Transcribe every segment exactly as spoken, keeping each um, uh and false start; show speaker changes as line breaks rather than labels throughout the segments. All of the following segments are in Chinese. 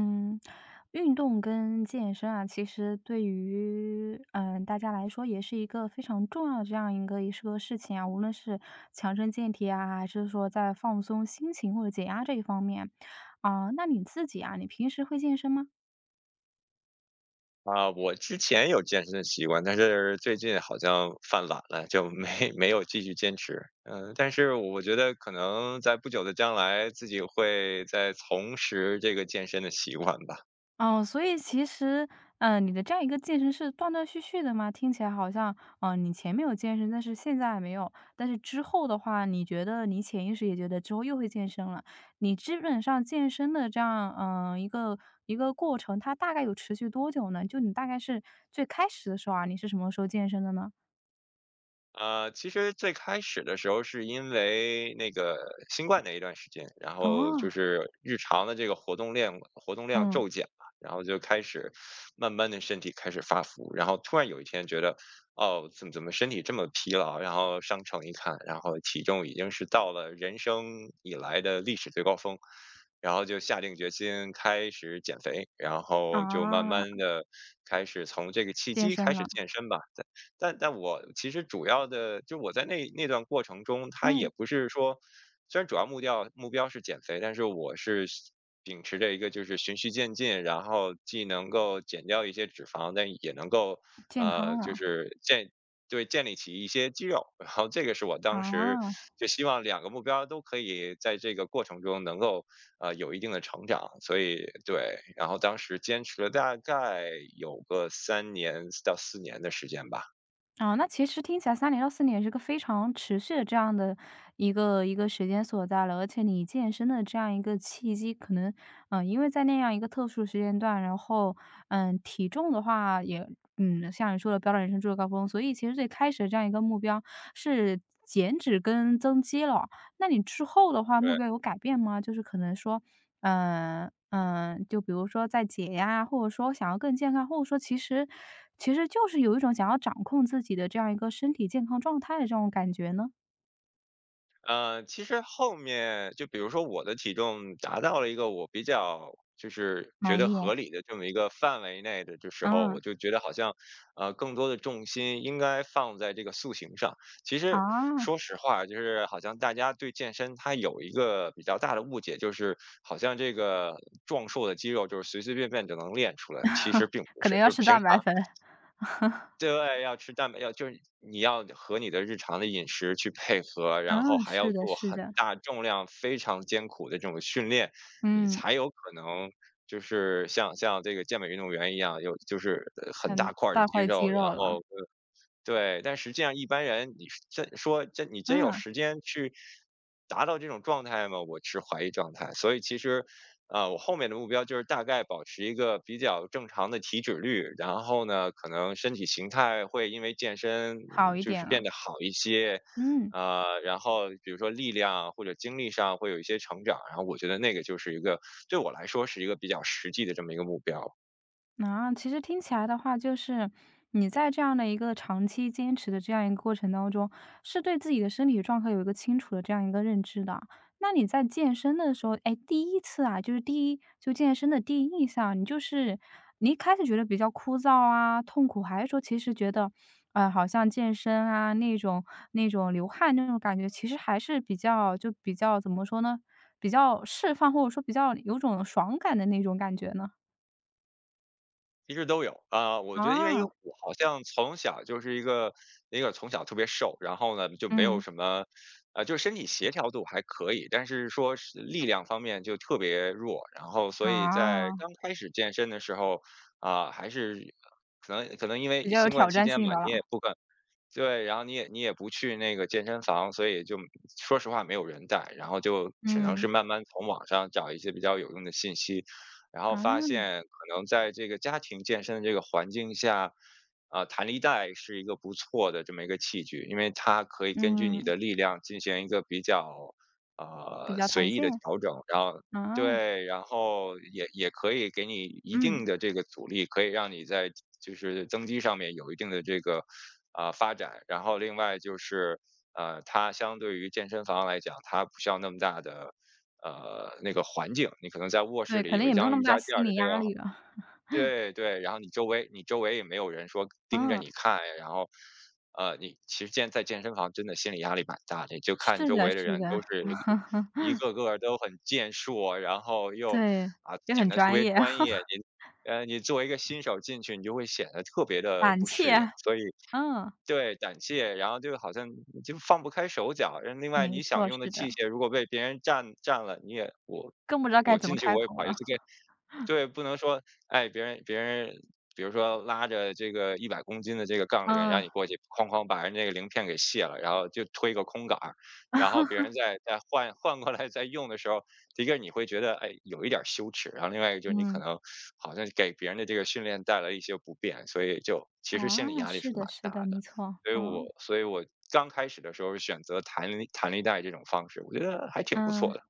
嗯，运动跟健身啊，其实对于嗯呃大家来说也是一个非常重要的这样一个一是个事情啊，无论是强身健体啊，还是说在放松心情或者解压这一方面啊，那你自己啊，你平时会健身吗？
啊，我之前有健身的习惯，但是最近好像犯懒了，就没 没有继续坚持。嗯，但是我觉得可能在不久的将来，自己会再重拾这个健身的习惯吧。
哦，所以其实，嗯，你的这样一个健身是断断续续的吗？听起来好像，呃，你前面有健身，但是现在没有，但是之后的话，你觉得你潜意识也觉得之后又会健身了。你基本上健身的这样，嗯，一个一个过程，它大概有持续多久呢？就你大概是最开始的时候啊，你是什么时候健身的呢？
呃，其实最开始的时候是因为那个新冠那一段时间，然后
哦。
就是日常的这个活动量活动量
嗯，
骤减嘛，然后就开始慢慢的身体开始发福，然后突然有一天觉得，哦，怎么怎么身体这么疲劳？然后上秤一看，然后体重已经是到了人生以来的历史最高峰，然后就下定决心开始减肥，然后就慢慢
啊，
的开始从这个契
健
机
身
开始
了，
健身吧。但但我其实主要的就我在那那段过程中，它也
嗯，
不是说，虽然主要目标目标是减肥，但是我是秉持着一个就是循序渐进，然后既能够减掉一些脂肪，但也能够
健康
呃就
了，
是建对建立起一些肌肉，然后这个是我当时
啊。
就希望两个目标都可以在这个过程中能够呃有一定的成长，所以对，然后当时坚持了大概有个三年到四年的时间吧。
啊，那其实听起来三年到四年也是个非常持续的这样的一个一个时间所在了，而且你健身的这样一个契机，可能，嗯，呃因为在那样一个特殊时间段，然后，嗯，体重的话也嗯，像你说的飙到人生最高峰，所以其实最开始的这样一个目标是减脂跟增肌了。那你之后的话，目
对，
标有改变吗？就是可能说，嗯、嗯、就比如说在解压，或者说想要更健康，或者说其实其实就是有一种想要掌控自己的这样一个身体健康状态的这种感觉呢？
呃，其实后面就比如说我的体重达到了一个我比较就是觉
满
得
意，
合理的这么一个范围内的这时候，
嗯
我就觉得好像，呃，更多的重心应该放在这个塑形上。其实说
啊，
实话，就是好像大家对健身它有一个比较大的误解，就是好像这个壮硕的肌肉就是随随便便就能练出来的，其实并不
可能
是，
要
就是
吃
平
蛋白
常
粉，
对，要吃蛋白要就是你要和你的日常的饮食去配合，然后
嗯，
还要
是的，
做
是
很
的，
大重量、非常艰苦的这种训练，你
嗯，
才有可能就是像像这个健美运动员一样，有就是，呃很
很
大块儿的
大
肌
块肌
肉，然
肉了，
后对，但实际上一般人，你是真说真你真有
嗯，
时间去达到这种状态吗？我持怀疑状态。所以其实，呃，我后面的目标就是大概保持一个比较正常的体脂率，然后呢，可能身体形态会因为健身
好一
就
点
是变
了，
得好一些，
嗯。
呃，然后比如说力量或者精力上会有一些成长，然后我觉得那个就是一个对我来说是一个比较实际的这么一个目标。
啊，其实听起来的话，就是你在这样的一个长期坚持的这样一个过程当中，是对自己的身体状况有一个清楚的这样一个认知的。那你在健身的时候，哎，第一次啊，就是第一就健身的第一印象，你就是你一开始觉得比较枯燥啊、痛苦，还是说其实觉得，呃，好像健身啊那种那种流汗那种感觉，其实还是比较就比较怎么说呢，比较释放或者说比较有种爽感的那种感觉呢？
其实都有啊，呃我觉得因为因为
啊，
我好像从小就是一个一个从小特别瘦，然后呢就没有
嗯。
什么，呃，就是身体协调度还可以，但是说是力量方面就特别弱，然后所以在
啊，
刚开始健身的时候啊，还是可能可能因
比
为
较有
新冠
挑
期
战
间
性
嘛，
的了。
你也不敢对，然后你也你也不去那个健身房，所以就说实话没有人带，然后就只能
嗯，
是慢慢从网上找一些比较有用的信息，然后发
啊，
现可能在这个家庭健身的这个环境下，啊，弹力带是一个不错的这么一个器具，因为它可以根据你
嗯，
的力量进行一个比较，
比
呃，
较
随
弹
意的
性，
调整，然后
啊，
对，然后也也可以给你一
嗯，
定的这个阻力，可以让你在就是增肌上面有一定的这个啊、发展。然后另外就是呃，它相对于健身房来讲，它不需要那么大的呃，那个环境，你可能在卧室
对，
里
可能
有一
也没有
张
那么
瑜伽
大
垫
心
儿的
理
这个
压力了。
对对，然后你周围你周围也没有人说盯着
嗯，
你看，然后，呃，你其实健在健身房真的心理压力蛮大的，就看
是
周
的
围的
是
人
的，
都是一个个都很健硕，然后又
对，
啊
也
显
很
得特
专
别
业，
专业，你呃你作为一个新手进去，你就会显得特别的
胆
不
怯，
适应，所以
嗯，
对，胆怯，然后就好像就放不开手脚。然后另外
没
你想
错，
用的
是的，
器械，如果被别人占占了，你也我
更不知道该
我
怎么
进去
开
我也不
口
好意
了。
思跟对，不能说，哎，别人别人比如说拉着这个一百公斤的这个杠铃，然后
嗯，
你过去哐哐把人这个铃片给卸了，然后就推个空杆儿，然后 别人再再换换过来再用的时候，一个你会觉得，哎，有一点儿羞耻，然后另外一个就是你可
嗯，
能好像给别人的这个训练带来一些不便，所以就其实心理
啊，
压力是
是的
蛮
是
大
的，没
的。
错，
所以我
嗯，
所以我刚开始的时候选择弹力弹力带这种方式，我觉得还挺不错
嗯。
的。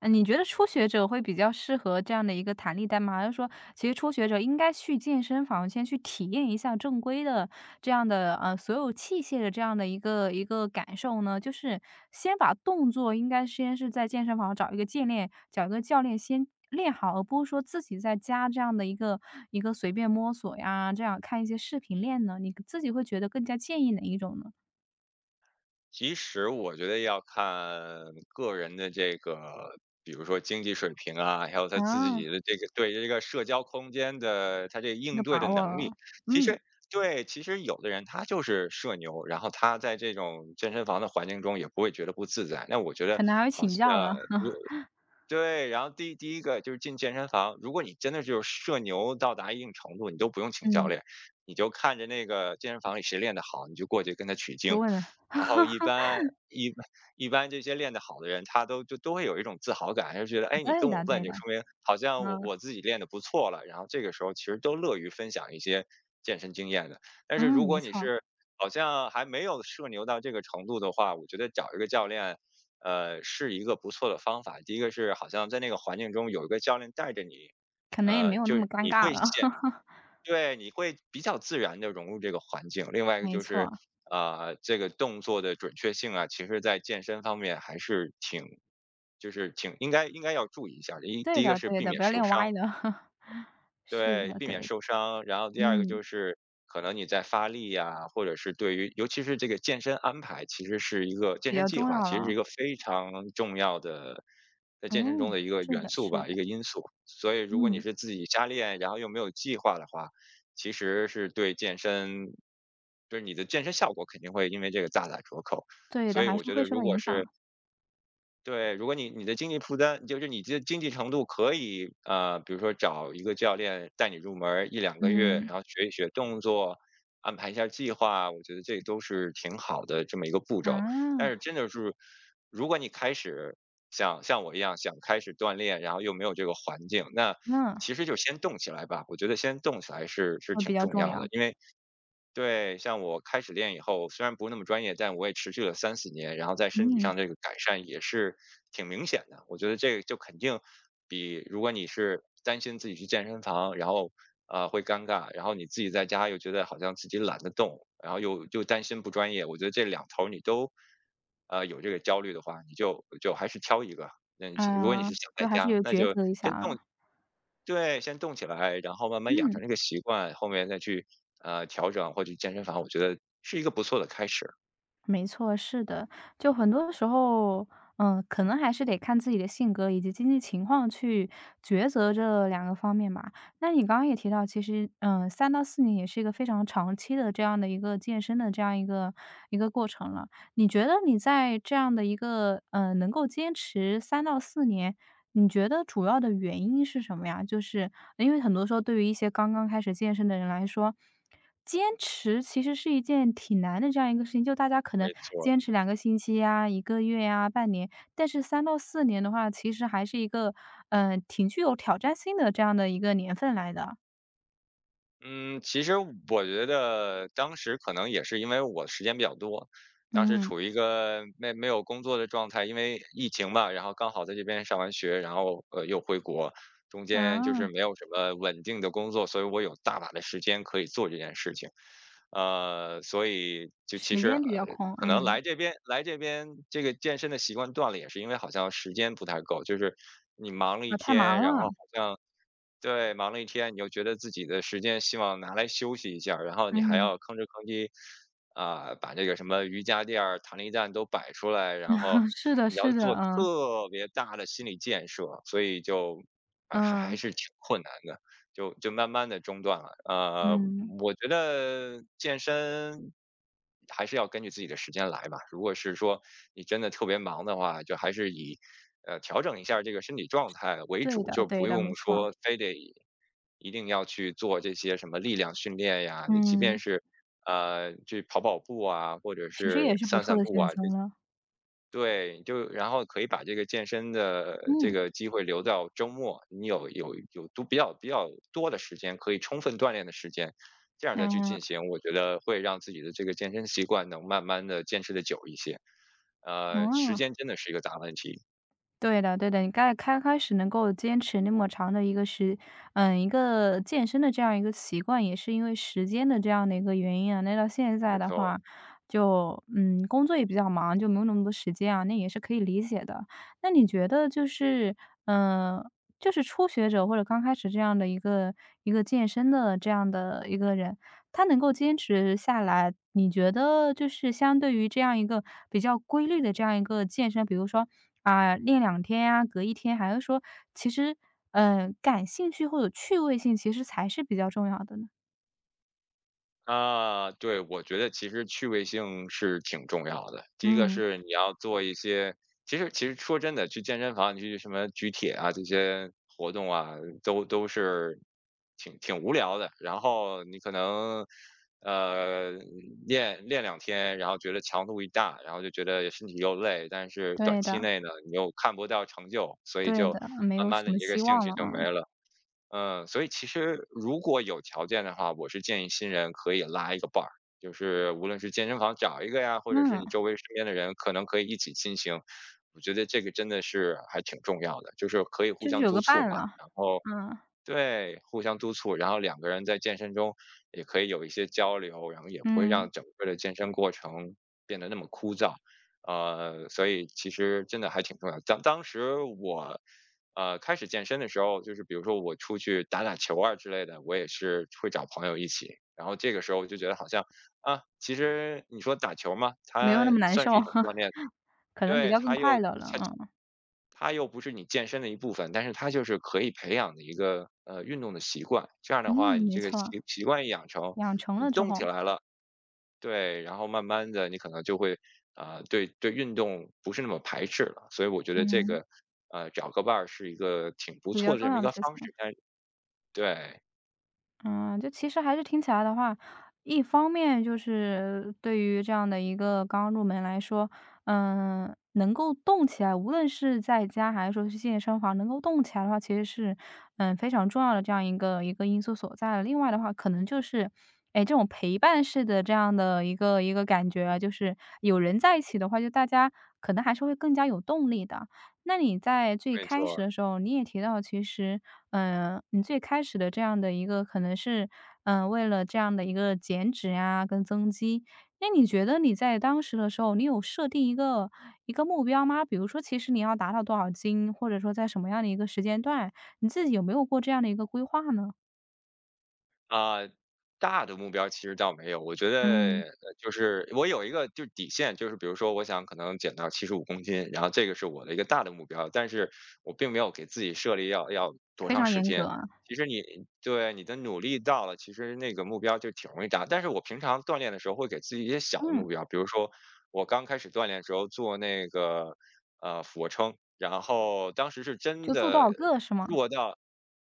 嗯，你觉得初学者会比较适合这样的一个弹力带吗？还是说其实初学者应该去健身房先去体验一下正规的这样的，呃，所有器械的这样的一个一个感受呢？就是先把动作应该先是在健身房找一个教练找一个教练先练好，而不是说自己在家这样的一个一个随便摸索呀，这样看一些视频练呢？你自己会觉得更加建议哪一种呢？
其实我觉得要看个人的这个，比如说经济水平啊，还有他自
啊，
己的这个对这个社交空间的他这个应
有
对的
把握
能
了，
力。其
嗯，
实对，其实有的人他就是社牛，然后他在这种健身房的环境中也不会觉得不自在。那我觉得
可能还会
好
请
像
教了，
对，然后第第一个就是进健身房，如果你真的就是社牛到达一定程度，你都不用请教
嗯，
练，你就看着那个健身房里谁练得好，你就过去跟他取
就
经。
问了。
然后一般一般一般这些练得好的人，他都就都会有一种自豪感，就觉得哎，你
对
跟我
的
问，
对
就
的，
说明好像我
嗯，
我自己练得不错了。然后这个时候其实都乐于分享一些健身经验的。但是
嗯，
如
没
果你
错，
是好像还没有社牛到这个程度的话，我觉得找一个教练呃，是一个不错的方法。第一个是好像在那个环境中有一个教练带着你，
可能也没
呃，
有那
就
么
是
尴
你
尬
会
了。
显 对，你会比较自然的融入这个环境。另外一个
没
就是，
错，
呃，这个动作的准确性啊，其实在健身方面还是挺就是挺应该应该要注意一下。一
对
第一个
的
是
对
避
的，
免
不要
受
练
伤。
歪了。是
对，
的，
避免
对，
受伤。然后第二个
嗯，
就是可能你在发力呀，或者是对于尤其是这个健身安排，其实是一个健
比
身
较
计
重
划，
要
其实是
了。
一个非常重要的在健身中
嗯，
的一个
是
元
的
素
是
吧，一
的，
个因素。所以如果你
嗯，
是自己瞎练，然后又没有计划的话，其实是对健身就是你的健身效果肯定会因为这个大打折扣。
对的，
所以
还
我
是
觉
会
得
受
如
到
果
影响。
是对，如果你你的经济负担，就是你的经济程度可以，呃，比如说找一个教练带你入门儿两两个月，然
嗯，
后学一学动作，安排一下计划，我觉得这都是挺好的这么一个步骤。但是
啊，
真的是，如果你开始像像我一样想开始锻炼，然后又没有这个环境，那
嗯，
其实就先动起来吧。我觉得先动起来是是
会比
挺
较
重
重
要
要。
的，因为对，像我开始练以后，虽然不是那么专业，但我也持续了三四年，然后在身体
嗯，
上这个改善也是挺明显的。我觉得这个就肯定比如果你是担心自己去健身房，然后，呃，会尴尬，然后你自己在家又觉得好像自己懒得动，然后又又担心不专业，我觉得这两头儿你都，呃，有这个焦虑的话，你就就还是挑一个。那你如果你
啊，
是想在
就还是
家，
有
那
抉
就
择一下
先动。
了，
对，先动起来，然后慢慢养成
嗯。
这个习惯，后面再去呃调整或者去健身房，我觉得是一个不错的开始。
没错，是的，就很多时候，嗯，可能还是得看自己的性格以及经济情况去抉择这两个方面吧。那你刚刚也提到，其实，嗯三到四年也是一个非常长期的这样的一个健身的这样一个一个过程了。你觉得你在这样的一个，呃，能够坚持三到四年，你觉得主要的原因是什么呀？就是因为很多时候对于一些刚刚开始健身的人来说，坚持其实是一件挺难的这样一个事情，就大家可能
没错
坚
儿，
持两个星期呀、一个月呀、半年，但是三到四年的话，其实还是一个嗯，呃，挺具有挑战性的这样的一个年份来的。
嗯，其实我觉得当时可能也是因为我时间比较多，当时
嗯，
处于一个没没有工作的状态，因为疫情嘛，然后刚好在这边上完学，然后呃又回国，中间就是
啊，
没有什么稳定的工作，所以我有大把的时间可以做这件事情。呃，所以就其
时
实
间比
呃，
较空，
可能
嗯，
来这边来这边这个健身的习惯断了，也是因为好像时间不太够，就是你忙了一
啊，太忙
天，然后
了，
好像。对，忙了一天，你又觉得自己的时间希望拿来休息一下儿，然后你还
嗯
要吭 哧吭哧。啊，把这个什么瑜伽垫儿、弹力带都摆出来，然后
嗯，是的
你要
是的，
做
嗯。
特别大的心理建设，所以就哎，还还
嗯，
是挺困难的，就就慢慢的中断了。呃，
嗯，
我觉得健身还是要根据自己的时间来吧，如果是说你真的特别忙的话，就还是以，呃，调整一下这个身体状态为
对
主，
的
就
对
不
的，没
用
错。
说非得一定要去做这些什么力量训练呀，你即便
嗯，
是呃，去跑跑步啊，或者
其实也
是
是不
散
错
散
的
步
选
啊，就。
择了。
对，就然后可以把这个健身的这
嗯，
个机会留到周末，你有有有都比较比较多的时间，可以充分锻炼的时间，这样再去
嗯，
进行，我觉得会让自己的这个健身习惯能慢慢的坚持的久一些。呃，时
嗯，
间真的是一个大问题，
对的对的，你该开开始能够坚持那么长的一个时嗯，一个健身的这样一个习惯，也是因为时间的这样的一个原因啊。那到现在
没
的
错。
话，就嗯，工作也比较忙，就没有那么多时间啊，那也是可以理解的。那你觉得就是，嗯，呃就是初学者或者刚开始这样的一个一个健身的这样的一个人，他能够坚持下来，你觉得就是相对于这样一个比较规律的这样一个健身，比如说啊，练两天呀，隔一天，还是说其实，嗯，感兴趣或者趣味性其实才是比较重要的呢？
啊，对，我觉得其实趣味性是挺重要的。第一个
嗯，
是你要做一些，其实其实说真的，去健身房，你去什么举铁啊这些活动啊，都都是挺挺无聊的。然后你可能呃练练两天，然后觉得强度一大，然后就觉得身体又累，但是短
对
期
的，
内呢，你又看不到成就，所以
对
就
的，没
慢
有什
慢的
么
你这个
希
兴
望
趣
了
就
啊，
没了。嗯，所以其实如果有条件的话，我是建议新人可以拉一个伴儿，就是无论是健身房找一个呀，或者是
嗯，
你周围身边的人，可能可以一起进行。我觉得这个真的是还挺重要的，就是可以互
就是
相
有
督
个
促
伴
嘛。
了，
然后
嗯，
对，互相督促，然后两个人在健身中也可以有一些交流，然后也不会
嗯。
让整个的健身过程变得那么枯燥。呃，所以其实真的还挺重要的。当当时我，呃，开始健身的时候，就是比如说我出去打打球啊之类的，我也是会找朋友一起。然后这个时候我就觉得好像啊，其实你说打球嘛，
没有
它
那么难
算
受，
是一种锻炼，
可能比
对，
较更
它又
快乐了，
它
嗯。
它又不是你健身的一部分，但是它就是可以培养的一个呃运动的习惯。这样
嗯，
的话，你
没
这个习
错，
习惯一养成，
养成
你
了之
动起
后，
来了，对，然后慢慢的你可能就会啊、呃对对，运动不是那么排斥了。所以我觉得这
嗯，
个呃找个伴儿是一个挺不
比较
错的
重
这么
要
一
的
个
事
方
情。
式，但是对，
嗯，就其实还是听起来的话，一方面就是对于这样的一个刚入门来说，嗯，能够动起来，无论是在家还是说去健身房，能够动起来的话，其实是嗯非常重要的这样一个一个因素所在的。另外的话，可能就是。哎，这种陪伴式的这样的一个一个感觉啊，就是有人在一起的话，就大家可能还是会更加有动力的。那你在最
没
开始
错。
的时候，你也提到其实，嗯，你最开始的这样的一个可能是，嗯，为了这样的一个减脂呀跟增肌，那你觉得你在当时的时候，你有设定一个一个目标吗？比如说其实你要达到多少斤，或者说在什么样的一个时间段，你自己有没有过这样的一个规划呢？
啊，大的目标其实倒没有，我觉
嗯，
得呃就是我有一个就是底线，就是比如说我想可能减到七十五公斤，然后这个是我的一个大的目标，但是我并没有给自己设立要要多
非
长
常
时
严格
间。
啊。
其实你对你的努力到了，其实那个目标就挺容易达。但是我平常锻炼的时候会给自己一些小的
嗯，
目标，比如说我刚开始锻炼的时候做那个呃俯卧撑，然后当时是真
就做多
的
少个是吗？
弱到。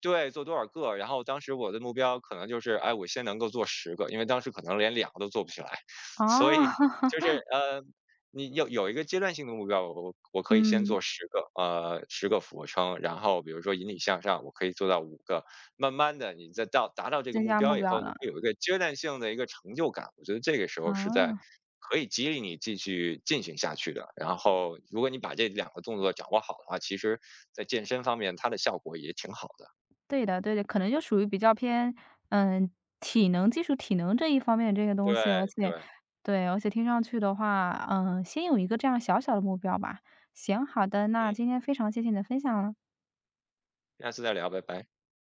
对，做多少个，然后当时我的目标可能就是，哎，我先能够做十个，因为当时可能连两个都做不起来。
啊，
所以就是，呃，你有有一个阶段性的目标，我我可以先
嗯，
做十个，呃十个俯卧撑，然后比如说引体向上，我可以做到五个。慢慢的，你再到达到这个
增
目
加目
标以
标
后，你
了，
会有一个阶段性的一个成就感，我觉得这个时候是在
啊。
可以激励你继续进行下去的。然后如果你把这两个动作掌握好的话，其实在健身方面它的效果也挺好的。
对的对的，可能就属于比较偏，嗯，体能技术、基础体能这一方面这些
对，
东西，而且
对，
对，而且听上去的话，嗯，先有一个这样小小的目标吧。行，好的，那
嗯，
今天非常谢谢你的分享了。
下次再聊，拜拜。